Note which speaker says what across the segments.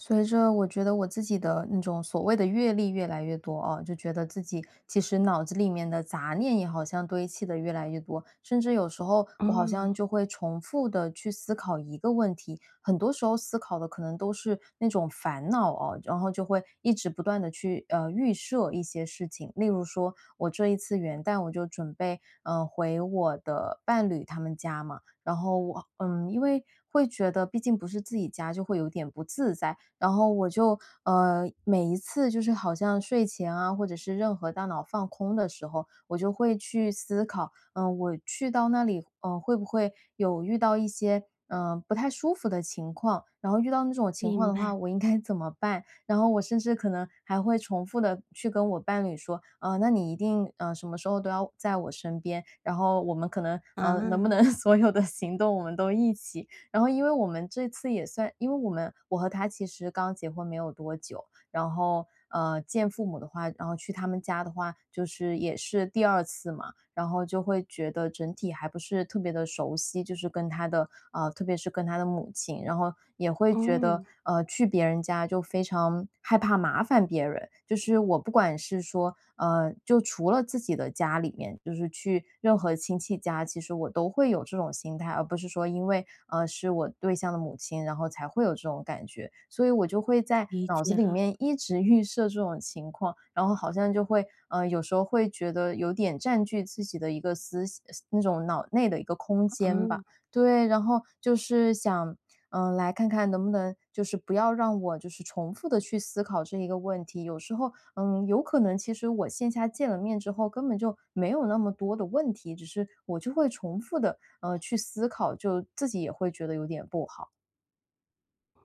Speaker 1: 随着我觉得我自己的那种所谓的阅历越来越多哦，就觉得自己其实脑子里面的杂念也好像堆砌的越来越多，甚至有时候我好
Speaker 2: 嗯，
Speaker 1: 像就会重复的去思考一个问题，很多时候思考的可能都是那种烦恼哦，然后就会一直不断的去预设一些事情，例如说我这一次元旦我就准备回我的伴侣他们家嘛，然后我因为会觉得毕竟不是自己家，就会有点不自在。然后我就,每一次就是好像睡前啊，或者是任何大脑放空的时候，我就会去思考，我去到那里，会不会有遇到一些不太舒服的情况？然后遇到那种情况
Speaker 2: 明
Speaker 1: 的话，
Speaker 2: 白，
Speaker 1: 我应该怎么办？然后我甚至可能还会重复的去跟我伴侣说，啊、那你一定什么时候都要在我身边，然后我们可能
Speaker 2: 啊，
Speaker 1: 能不能 所有的行动我们都一起？然后因为我们这次也算因为我们我和他其实刚结婚没有多久，然后，见父母的话，然后去他们家的话，就是也是第二次嘛，然后就会觉得整体还不是特别的熟悉，就是跟他的特别是跟他的母亲，然后也会觉得，
Speaker 2: 嗯，
Speaker 1: 去别人家就非常害怕麻烦别人。就是我不管是说，就除了自己的家里面，就是去任何亲戚家啊其实我都会有这种心态，而不是说因为是我对象的母亲，然后才会有这种感觉，所以我就会在
Speaker 2: 理
Speaker 1: 脑子
Speaker 2: 解
Speaker 1: 里
Speaker 2: 了，
Speaker 1: 面一直 预设这种情况，然后好像就会有时候会觉得有点占据自己的一个思那种脑内的一个空间吧，
Speaker 2: 嗯，
Speaker 1: 对，然后就是想。嗯，来看看能不能就是不要让我就是重复的去思考这一个问题。有时候嗯，有可能其实我线下见了面之后，根本就没有那么多的问题，只是我就会重复的去思考，就自己也会觉得有点不好，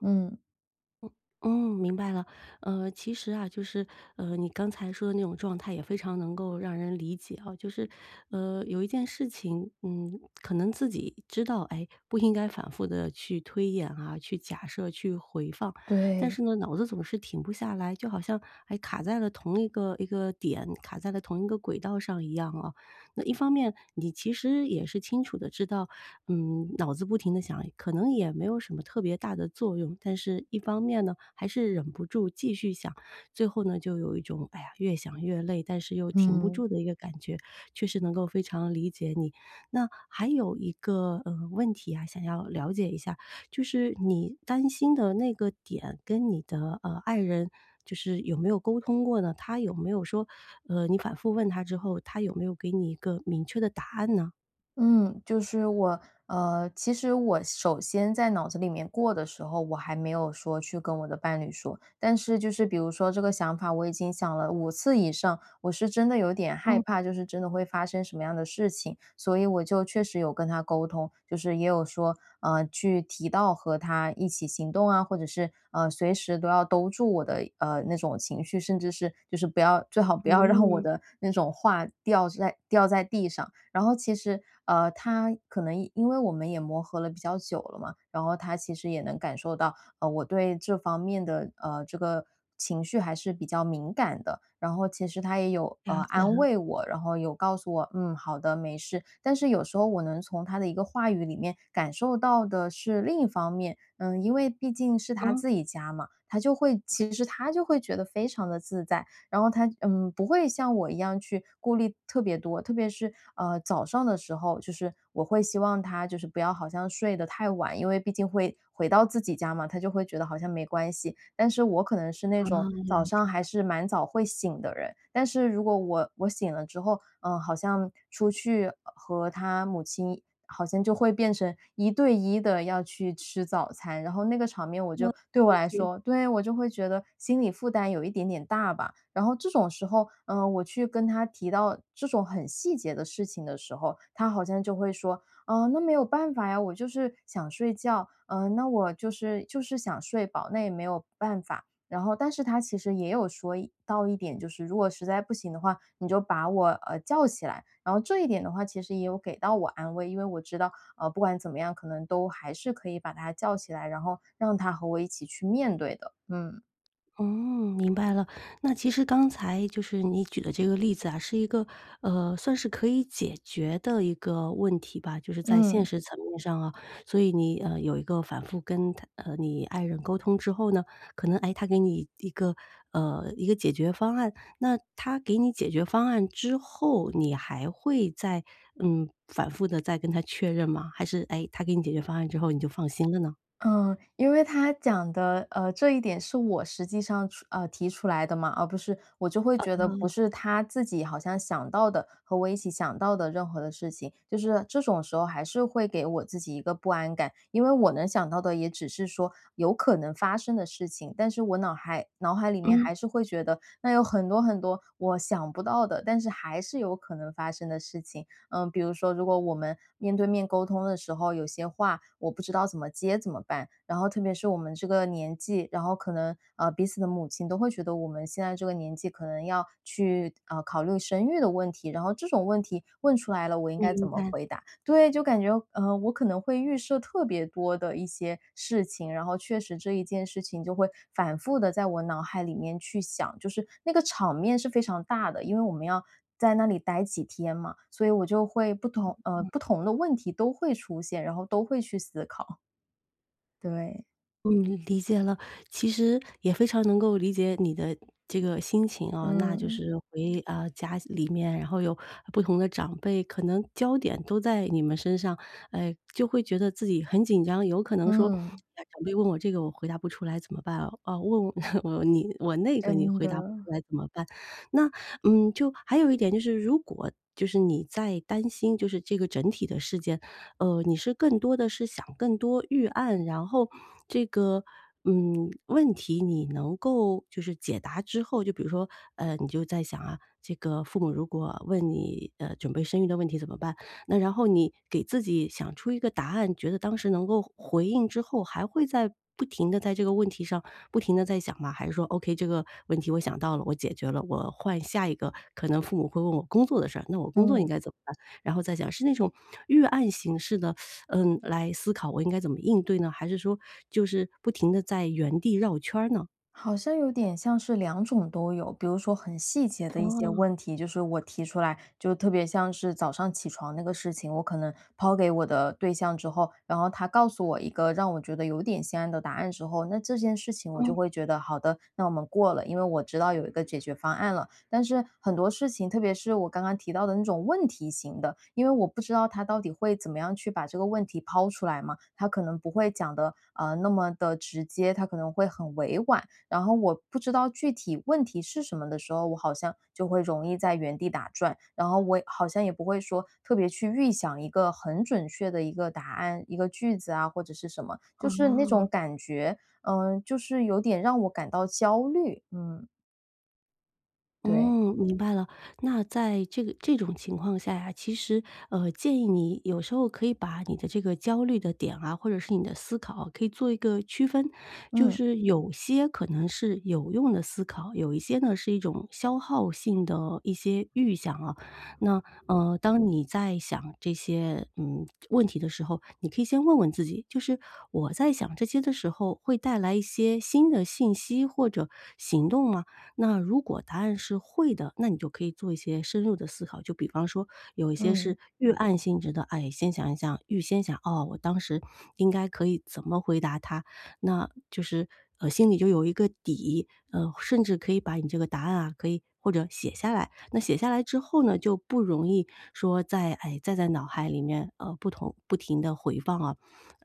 Speaker 1: 嗯。
Speaker 2: 嗯，明白了。其实啊，就是，你刚才说的那种状态也非常能够让人理解啊，就是，有一件事情，嗯，可能自己知道，哎，不应该反复的去推演啊，去假设，去回放，但是
Speaker 1: 对，
Speaker 2: 呢，脑子总是停不下来，就好像，哎，卡在了同一个点，卡在了同一个轨道上一样啊。那一方面，你其实也是清楚的知道，嗯，脑子不停的想，可能也没有什么特别大的作用。但是一方面呢，还是忍不住继续想，最后呢，就有一种哎呀，越想越累，但是又停不
Speaker 1: 嗯。
Speaker 2: 住的一个感觉，确实能够非常理解你。那还有一个，问题啊，想要了解一下，就是你担心的那个点跟你的，爱人就是有没有沟通过呢？他有没有说你反复问他之后，他有没有给你一个明确的答案呢？
Speaker 1: 嗯，就是我，其实我首先在脑子里面过的时候，我还没有说去跟我的伴侣说，但是就是比如说这个想法，我已经想了5次以上，我是真的有点
Speaker 2: 嗯
Speaker 1: 害怕，就是真的会发生什么样的事情，所以我就确实有跟他沟通，就是也有说，去提到和他一起行动啊，或者是随时都要兜住我的那种情绪，甚至是就是不要最好不要让我
Speaker 2: 嗯，
Speaker 1: 的那种话掉在地上。然后其实，他可能因为我们也磨合了比较久了嘛，然后他其实也能感受到，我对这方面的这个情绪还是比较敏感的。然后其实他也有
Speaker 2: 了解
Speaker 1: 安
Speaker 2: 了。
Speaker 1: 慰我，然后有告诉我，嗯，好的，没事。但是有时候我能从他的一个话语里面感受到的是另一方面，嗯，因为毕竟是他
Speaker 2: 嗯，
Speaker 1: 自己家嘛，他就会其实他就会觉得非常的自在。然后他嗯，不会像我一样去顾虑特别多，特别是早上的时候，就是我会希望他就是不要好像睡得太晚，因为毕竟会回到自己家嘛，他就会觉得好像没关系。但是我可能是那
Speaker 2: 啊，
Speaker 1: 种早
Speaker 2: 了
Speaker 1: 上还是蛮早会醒的人，但是如果我醒了之后，好像出去和他母亲。好像就会变成一对一的要去吃早餐，然后那个场面我就对我来
Speaker 2: 解。
Speaker 1: 说对，我就会觉得心理负担有一点点大吧。然后这种时候，嗯，我去跟他提到这种很细节的事情的时候，他好像就会说："啊，那没有办法呀，我就是想睡觉，嗯，那我就是想睡饱，那也没有办法。"然后但是他其实也有说一到一点，就是如果实在不行的话，你就把我，叫起来。然后这一点的话，其实也有给到我安慰，因为我知道，不管怎么样，可能都还是可以把他叫起来，然后让他和我一起去面对的，嗯。
Speaker 2: 嗯，明白了。那其实刚才就是你举的这个例子啊，是一个算是可以解决的一个问题吧，就是在现
Speaker 1: 嗯。
Speaker 2: 实层面上啊。所以你有一个反复跟他你爱人沟通之后呢，可能哎他给你一个一个解决方案，那他给你解决方案之后，你还会再嗯反复的再跟他确认吗？还是哎他给你解决方案之后你就放心了呢？
Speaker 1: 嗯，因为他讲的，这一点是我实际上提出来的嘛，而不是我就会觉得不是他自己好像想到的，和我一起想到的任何的事情，就是这种时候还是会给我自己一个不安感。因为我能想到的也只是说有可能发生的事情，但是我脑海里面
Speaker 2: 嗯，
Speaker 1: 还是会觉得，那有很多很多我想不到的，但是还是有可能发生的事情。嗯，比如说如果我们面对面沟通的时候，有些话我不知道怎么接怎么办？然后特别是我们这个年纪，然后可能彼此的母亲都会觉得我们现在这个年纪可能要去考虑生育的问题，然后这种问题问出来了，我应该
Speaker 2: 明
Speaker 1: 怎么
Speaker 2: 白。
Speaker 1: 回答？对，就感觉我可能会预设特别多的一些事情，然后确实这一件事情就会反复的在我脑海里面去想，就是那个场面是非常大的，因为我们要在那里待几天嘛，所以我就会不同的问题都会出现，然后都会去思考。对，
Speaker 2: 嗯，理解了。其实也非常能够理解你的这个心情啊，那就
Speaker 1: 嗯，
Speaker 2: 是回啊家里面，然后有不同的长辈，可能焦点都在你们身上，哎，就会觉得自己很紧张，有可能说，
Speaker 1: 嗯，
Speaker 2: 哎呀长辈问我这个我回答不出来怎么办啊？哦，问我 我你我那个你
Speaker 1: 真
Speaker 2: 回
Speaker 1: 的，
Speaker 2: 答不出来怎么办？那嗯，就还有一点就是，如果就是你在担心就是这个整体的事件，你是更多的是想更多预案，然后这个。嗯，问题你能够就是解答之后，就比如说，你就在想啊，这个父母如果问你，准备生育的问题怎么办？那然后你给自己想出一个答案，觉得当时能够回应之后，还会在不停的在这个问题上不停的在想吗？还是说 OK，这个问题我想到了，我解决了，我换下一个可能父母会问我工作的事儿，那我工作应
Speaker 1: 嗯。
Speaker 2: 该怎么办？然后再想是那种预案形式的，嗯，来思考我应该怎么应对呢？还是说就是不停的在原地绕圈儿呢？
Speaker 1: 好像有点像是两种都有，比如说很细节的一些
Speaker 2: 哦，
Speaker 1: 问题，就是我提出来，就特别像是早上起床那个事情，我可能抛给我的对象之后，然后他告诉我一个让我觉得有点心安的答案之后，那这件事情我就
Speaker 2: 嗯，
Speaker 1: 会觉得好的，那我们过了，因为我知道有一个解决方案了。但是很多事情，特别是我刚刚提到的那种问题型的，因为我不知道他到底会怎么样去把这个问题抛出来嘛，他可能不会讲的那么的直接，他可能会很委婉。然后我不知道具体问题是什么的时候，我好像就会容易在原地打转，然后我也好像也不会说特别去预想一个很准确的一个答案、一个句子啊，或者是什么，就是那种
Speaker 2: 哦。
Speaker 1: 感觉，就是有点让我感到焦虑。嗯，对，
Speaker 2: 嗯，明白了。那在这个这种情况下呀，其实建议你有时候可以把你的这个焦虑的点啊，或者是你的思考啊，可以做一个区分。就
Speaker 1: 嗯
Speaker 2: 是有些可能是有用的思考，有一些呢是一种消耗性的一些预想啊。那当你在想这些嗯问题的时候，你可以先问问自己，就是我在想这些的时候，会带来一些新的信息或者行动吗？那如果答案是会的，那你就可以做一些深入的思考，就比方说有一些
Speaker 1: 嗯
Speaker 2: 是预案性质的，哎，先想一想，预先想，哦，我当时应该可以怎么回答他，那就是心里就有一个底，甚至可以把你这个答案啊，可以或者写下来。那写下来之后呢，就不容易说在哎再在脑海里面不停的回放啊，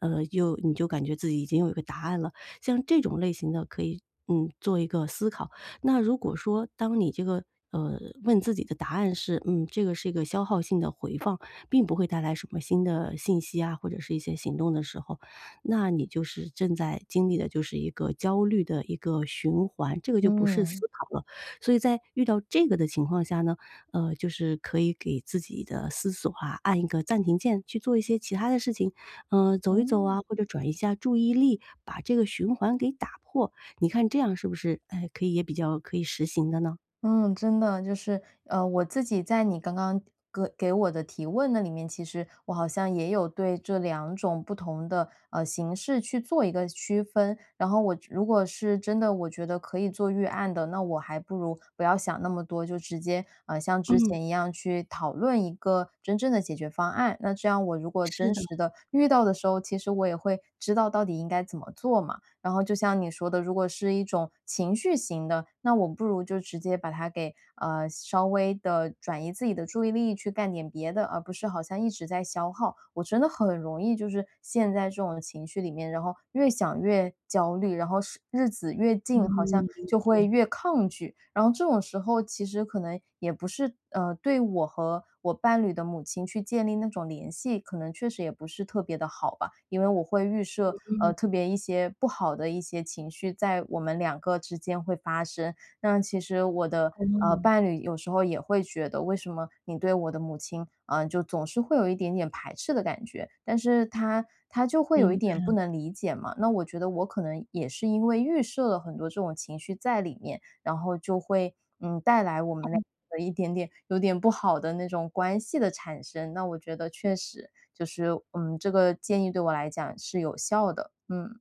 Speaker 2: 就你就感觉自己已经有一个答案了。像这种类型的可以。嗯，做一个思考，那如果说当你这个呃问自己的答案是，嗯，这个是一个消耗性的回放，并不会带来什么新的信息啊，或者是一些行动的时候，那你就是正在经历的就是一个焦虑的一个循环，这个就不是
Speaker 1: 嗯
Speaker 2: 思考了。所以在遇到这个的情况下呢，就是可以给自己的思索啊按一个暂停键，去做一些其他的事情，走一走
Speaker 1: 嗯。
Speaker 2: 啊，或者转移一下注意力，把这个循环给打破。你看这样是不是，哎，可以也比较可以实行的呢？
Speaker 1: 嗯，真的就是，我自己在你刚刚给我的提问那里面，其实我好像也有对这两种不同的形式去做一个区分。然后我如果是真的，我觉得可以做预案的，那我还不如不要想那么多，就直接像之
Speaker 2: 嗯，
Speaker 1: 前一样去讨论一个真正的解决方案。那这样我如果
Speaker 2: 是
Speaker 1: 真
Speaker 2: 的，
Speaker 1: 实的遇到的时候，其实我也会知道到底应该怎么做嘛。然后就像你说的，如果是一种情绪型的，那我不如就直接把它给稍微的转移自己的注意力，去干点别的，而不是好像一直在消耗。我真的很容易就是陷在这种情绪里面，然后越想越焦虑，然后是日子越近，好像
Speaker 2: 嗯，理
Speaker 1: 就会
Speaker 2: 解，
Speaker 1: 越抗拒。然后这种时候其实可能也不是对我和我伴侣的母亲去建立那种联系，可能确实也不是特别的好吧。因为我会预设，特
Speaker 2: 嗯，
Speaker 1: 别一些不好的一些情绪在我们两个之间会发生。那其实我的，
Speaker 2: 嗯，
Speaker 1: 伴侣有时候也会觉得，为什么你对我的母亲，嗯，就总是会有一点点排斥的感觉，但是他就会有一
Speaker 2: 明
Speaker 1: 点不
Speaker 2: 白。
Speaker 1: 能理解嘛。那我觉得我可能也是因为预设了很多这种情绪在里面，然后就会，嗯，带来我们俩的一点点有点不好的那种关系的产生。那我觉得确实就是，嗯，这个建议对我来讲是有效的。嗯，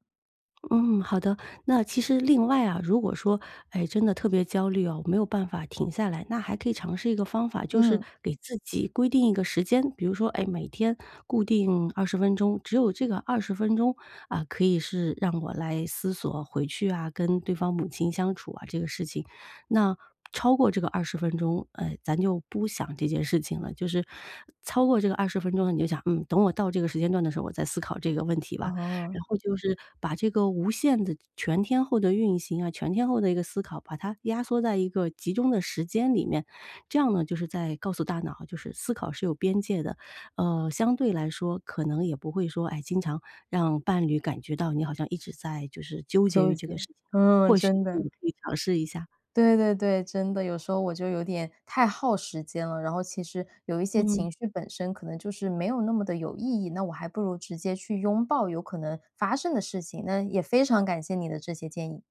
Speaker 2: 嗯，好的。那其实另外啊，如果说，哎，真的特别焦虑哦，没有办法停下来，那还可以尝试一个方法，就是
Speaker 1: 嗯，
Speaker 2: 给自己规定一个时间，比如说，哎，每天固定二十分钟，只有这个二十分钟啊，可以是让我来思索回去啊，跟对方母亲相处啊这个事情。那超过这个二十分钟，咱就不想这件事情了。就是超过这个二十分钟呢，你就想，嗯，等我到这个时间段的时候，我再思考这个问题吧。
Speaker 1: 哦，
Speaker 2: 然后就是把这个无限的全天候的运行啊，全天候的一个思考，把它压缩在一个集中的时间里面，这样呢，就是在告诉大脑啊，就是思考是有边界的，相对来说可能也不会说，哎，经常让伴侣感觉到你好像一直在就是纠结于
Speaker 1: 纠
Speaker 2: 这个事
Speaker 1: 结，
Speaker 2: 情啊，
Speaker 1: 嗯，
Speaker 2: 或许
Speaker 1: 真
Speaker 2: 你
Speaker 1: 的。
Speaker 2: 可以尝试一下。
Speaker 1: 对对对，真的，有时候我就有点太耗时间了，然后其实有一些
Speaker 2: 嗯。
Speaker 1: 情绪本身可能就是没有那么的有意义，那我还不如直接去拥抱有可能发生的事情。那也非常感谢你的这些建议。